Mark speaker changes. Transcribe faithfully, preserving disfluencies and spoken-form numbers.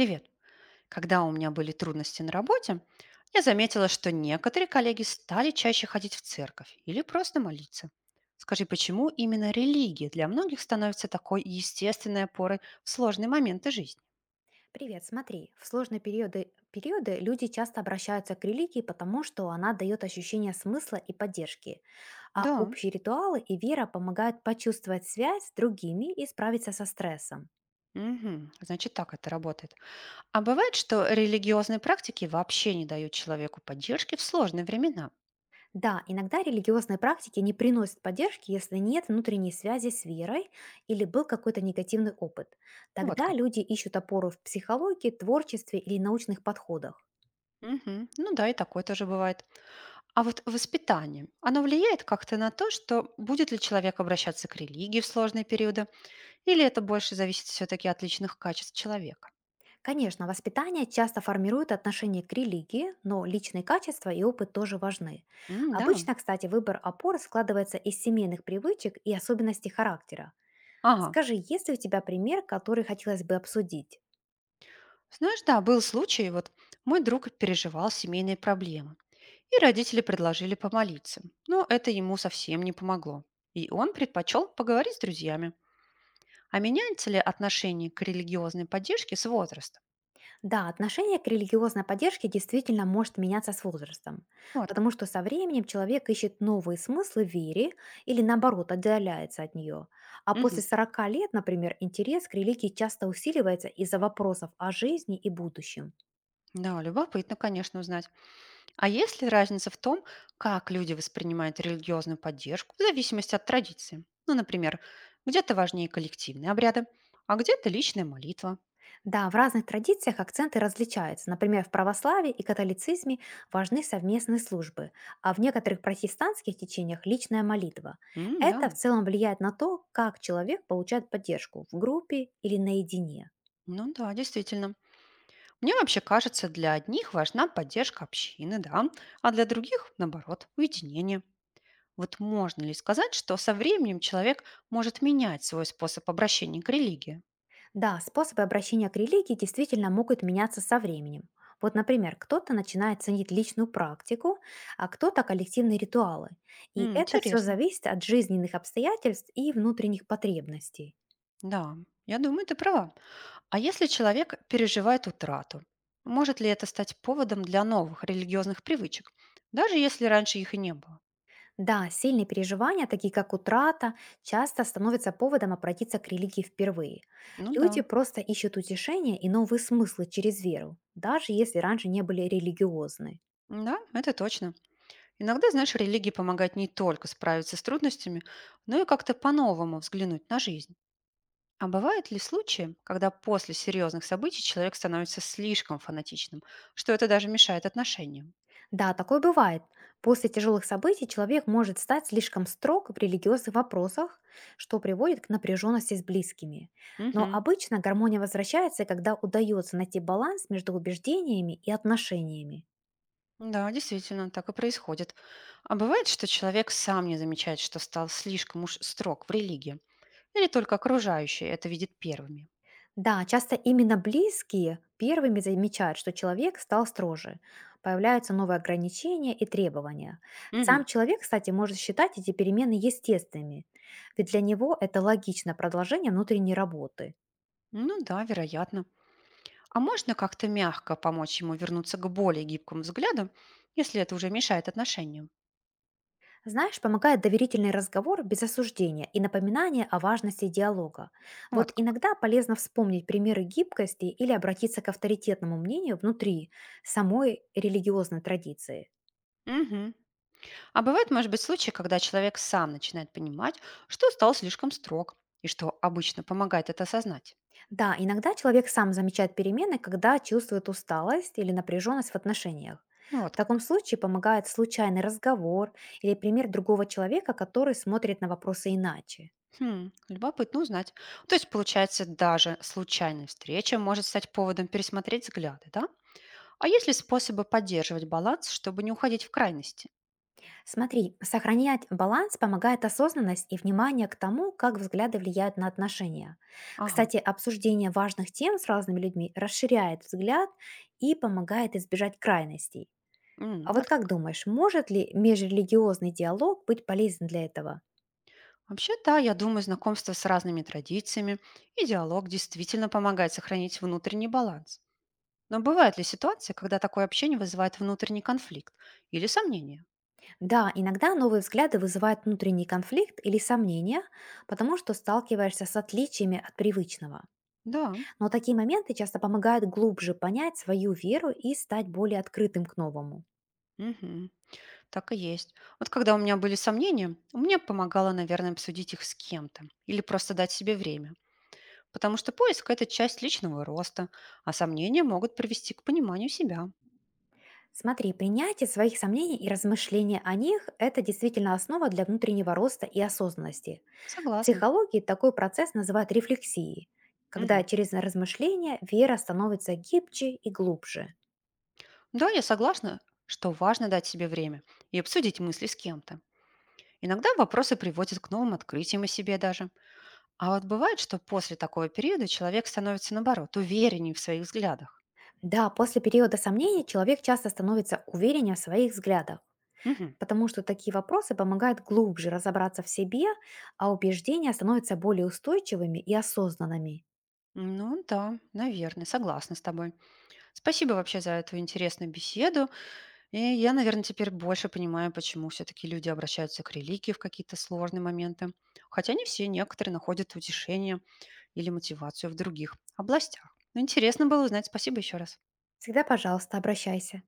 Speaker 1: Привет. Когда у меня были трудности на работе, я заметила, что некоторые коллеги стали чаще ходить в церковь или просто молиться. Скажи, почему именно религия для многих становится такой естественной опорой в сложные моменты жизни?
Speaker 2: Привет, смотри, в сложные периоды, периоды люди часто обращаются к религии, потому что она дает ощущение смысла и поддержки, а
Speaker 1: Да,
Speaker 2: общие ритуалы и вера помогают почувствовать связь с другими и справиться со стрессом.
Speaker 1: мгм, значит так это работает. А бывает, что религиозные практики вообще не дают человеку поддержки в сложные времена.
Speaker 2: Да, иногда религиозные практики не приносят поддержки, если нет внутренней связи с верой или был какой-то негативный опыт.
Speaker 1: Вот
Speaker 2: Тогда
Speaker 1: как.
Speaker 2: люди ищут опору в психологии, творчестве или научных подходах.
Speaker 1: Мгм, ну да, и такое тоже бывает. А вот воспитание, оно влияет как-то на то, что будет ли человек обращаться к религии в сложные периоды, или это больше зависит все-таки от личных качеств человека?
Speaker 2: Конечно, воспитание часто формирует отношение к религии, но личные качества и опыт тоже важны.
Speaker 1: М, да,
Speaker 2: Обычно, кстати, выбор опоры складывается из семейных привычек и особенностей характера.
Speaker 1: ага.
Speaker 2: Скажи, есть ли у тебя пример, который хотелось бы обсудить?
Speaker 1: Знаешь, да, был случай, вот мой друг переживал семейные проблемы, и родители предложили помолиться, но это ему совсем не помогло. И он предпочел поговорить с друзьями. А меняется ли отношение к религиозной поддержке с возрастом?
Speaker 2: Да, отношение к религиозной поддержке действительно может меняться с возрастом,
Speaker 1: Вот
Speaker 2: потому
Speaker 1: как.
Speaker 2: что со временем человек ищет новые смыслы в вере или наоборот отдаляется от нее. А после
Speaker 1: Мгм.
Speaker 2: сорока лет, например, интерес к религии часто усиливается из-за вопросов о жизни и будущем.
Speaker 1: Да, любопытно, конечно, узнать. А есть ли разница в том, как люди воспринимают религиозную поддержку в зависимости от традиции? Ну, например, где-то важнее коллективные обряды, а где-то личная молитва.
Speaker 2: Да, в разных традициях акценты различаются. Например, в православии и католицизме важны совместные службы, а в некоторых протестантских течениях– личная молитва.
Speaker 1: М, да,
Speaker 2: Это в целом влияет на то, как человек получает поддержку– в группе или наедине.
Speaker 1: ну да, действительно. Мне вообще кажется, для одних важна поддержка общины, да, а для других, наоборот, уединение. Вот можно ли сказать, что со временем человек может менять свой способ обращения к религии?
Speaker 2: Да, способы обращения к религии действительно могут меняться со временем. Вот, например, кто-то начинает ценить личную практику, а кто-то коллективные ритуалы. И
Speaker 1: М,
Speaker 2: это все
Speaker 1: интересно.
Speaker 2: зависит от жизненных обстоятельств и внутренних потребностей.
Speaker 1: Да, я думаю, ты права. А если человек переживает утрату, может ли это стать поводом для новых религиозных привычек, даже если раньше их и не было?
Speaker 2: Да, сильные переживания, такие как утрата, часто становятся поводом обратиться к религии впервые.
Speaker 1: Ну да,
Speaker 2: Люди просто ищут утешения и новые смыслы через веру, даже если раньше не были религиозны.
Speaker 1: да, это точно. Иногда, знаешь, религии помогают не только справиться с трудностями, но и как-то по-новому взглянуть на жизнь. А бывают ли случаи, когда после серьезных событий человек становится слишком фанатичным, что это даже мешает отношениям?
Speaker 2: Да, такое бывает. После тяжелых событий человек может стать слишком строг в религиозных вопросах, что приводит к напряженности с близкими. Но
Speaker 1: Угу.
Speaker 2: обычно гармония возвращается, когда удается найти баланс между убеждениями и отношениями.
Speaker 1: Да, действительно, так и происходит. А бывает, что человек сам не замечает, что стал слишком уж строг в религии. Или только окружающие это видят первыми?
Speaker 2: Да, часто именно близкие первыми замечают, что человек стал строже. Появляются новые ограничения и требования. Сам
Speaker 1: Мгм.
Speaker 2: человек, кстати, может считать эти перемены естественными, ведь для него это логичное продолжение внутренней работы.
Speaker 1: Ну да, вероятно. А можно как-то мягко помочь ему вернуться к более гибкому взгляду, если это уже мешает отношениям?
Speaker 2: Знаешь, помогает доверительный разговор без осуждения и напоминание о важности диалога.
Speaker 1: Вот
Speaker 2: Вот
Speaker 1: как.
Speaker 2: иногда полезно вспомнить примеры гибкости или обратиться к авторитетному мнению внутри самой религиозной традиции.
Speaker 1: Мгм. А бывают, может быть, случаи, когда человек сам начинает понимать, что стал слишком строг, и что обычно помогает это осознать.
Speaker 2: Да, иногда человек сам замечает перемены, когда чувствует усталость или напряженность в отношениях.
Speaker 1: Ну
Speaker 2: В
Speaker 1: вот
Speaker 2: таком
Speaker 1: как.
Speaker 2: случае помогает случайный разговор или пример другого человека, который смотрит на вопросы иначе.
Speaker 1: Хм, любопытно узнать. То есть, получается, даже случайная встреча может стать поводом пересмотреть взгляды, да? А есть ли способы поддерживать баланс, чтобы не уходить в крайности?
Speaker 2: Смотри, сохранять баланс помогает осознанность и внимание к тому, как взгляды влияют на отношения.
Speaker 1: Ага,
Speaker 2: Кстати, обсуждение важных тем с разными людьми расширяет взгляд и помогает избежать крайностей. А
Speaker 1: м,
Speaker 2: вот
Speaker 1: вот
Speaker 2: как
Speaker 1: как.
Speaker 2: думаешь, может ли межрелигиозный диалог быть полезен для этого?
Speaker 1: Вообще, да, я думаю, знакомство с разными традициями и диалог действительно помогает сохранить внутренний баланс. Но бывает ли ситуация, когда такое общение вызывает внутренний конфликт или сомнения?
Speaker 2: Да, иногда новые взгляды вызывают внутренний конфликт или сомнения, потому что сталкиваешься с отличиями от привычного.
Speaker 1: Да,
Speaker 2: Но такие моменты часто помогают глубже понять свою веру и стать более открытым к новому.
Speaker 1: мгм, так и есть. Вот когда у меня были сомнения, мне помогало, наверное, обсудить их с кем-то или просто дать себе время. Потому что поиск– это часть личного роста, а сомнения могут привести к пониманию себя.
Speaker 2: Смотри, принятие своих сомнений и размышления о них– это действительно основа для внутреннего роста и осознанности. В
Speaker 1: Согласна.
Speaker 2: психологии такой процесс называют рефлексией, когда
Speaker 1: Мгм.
Speaker 2: через размышления вера становится гибче и глубже.
Speaker 1: Да, я согласна, что важно дать себе время и обсудить мысли с кем-то. Иногда вопросы приводят к новым открытиям о себе даже. А вот бывает, что после такого периода человек становится, наоборот, увереннее в своих взглядах.
Speaker 2: Да, после периода сомнений человек часто становится увереннее в своих взглядах.
Speaker 1: Мгм.
Speaker 2: Потому что такие вопросы помогают глубже разобраться в себе, а убеждения становятся более устойчивыми и осознанными.
Speaker 1: Ну да, наверное, согласна с тобой. Спасибо вообще за эту интересную беседу. И я, наверное, теперь больше понимаю, почему все-таки люди обращаются к религии в какие-то сложные моменты. Хотя не все, некоторые находят утешение или мотивацию в других областях. Но интересно было узнать. Спасибо еще раз.
Speaker 2: Всегда, пожалуйста, обращайся.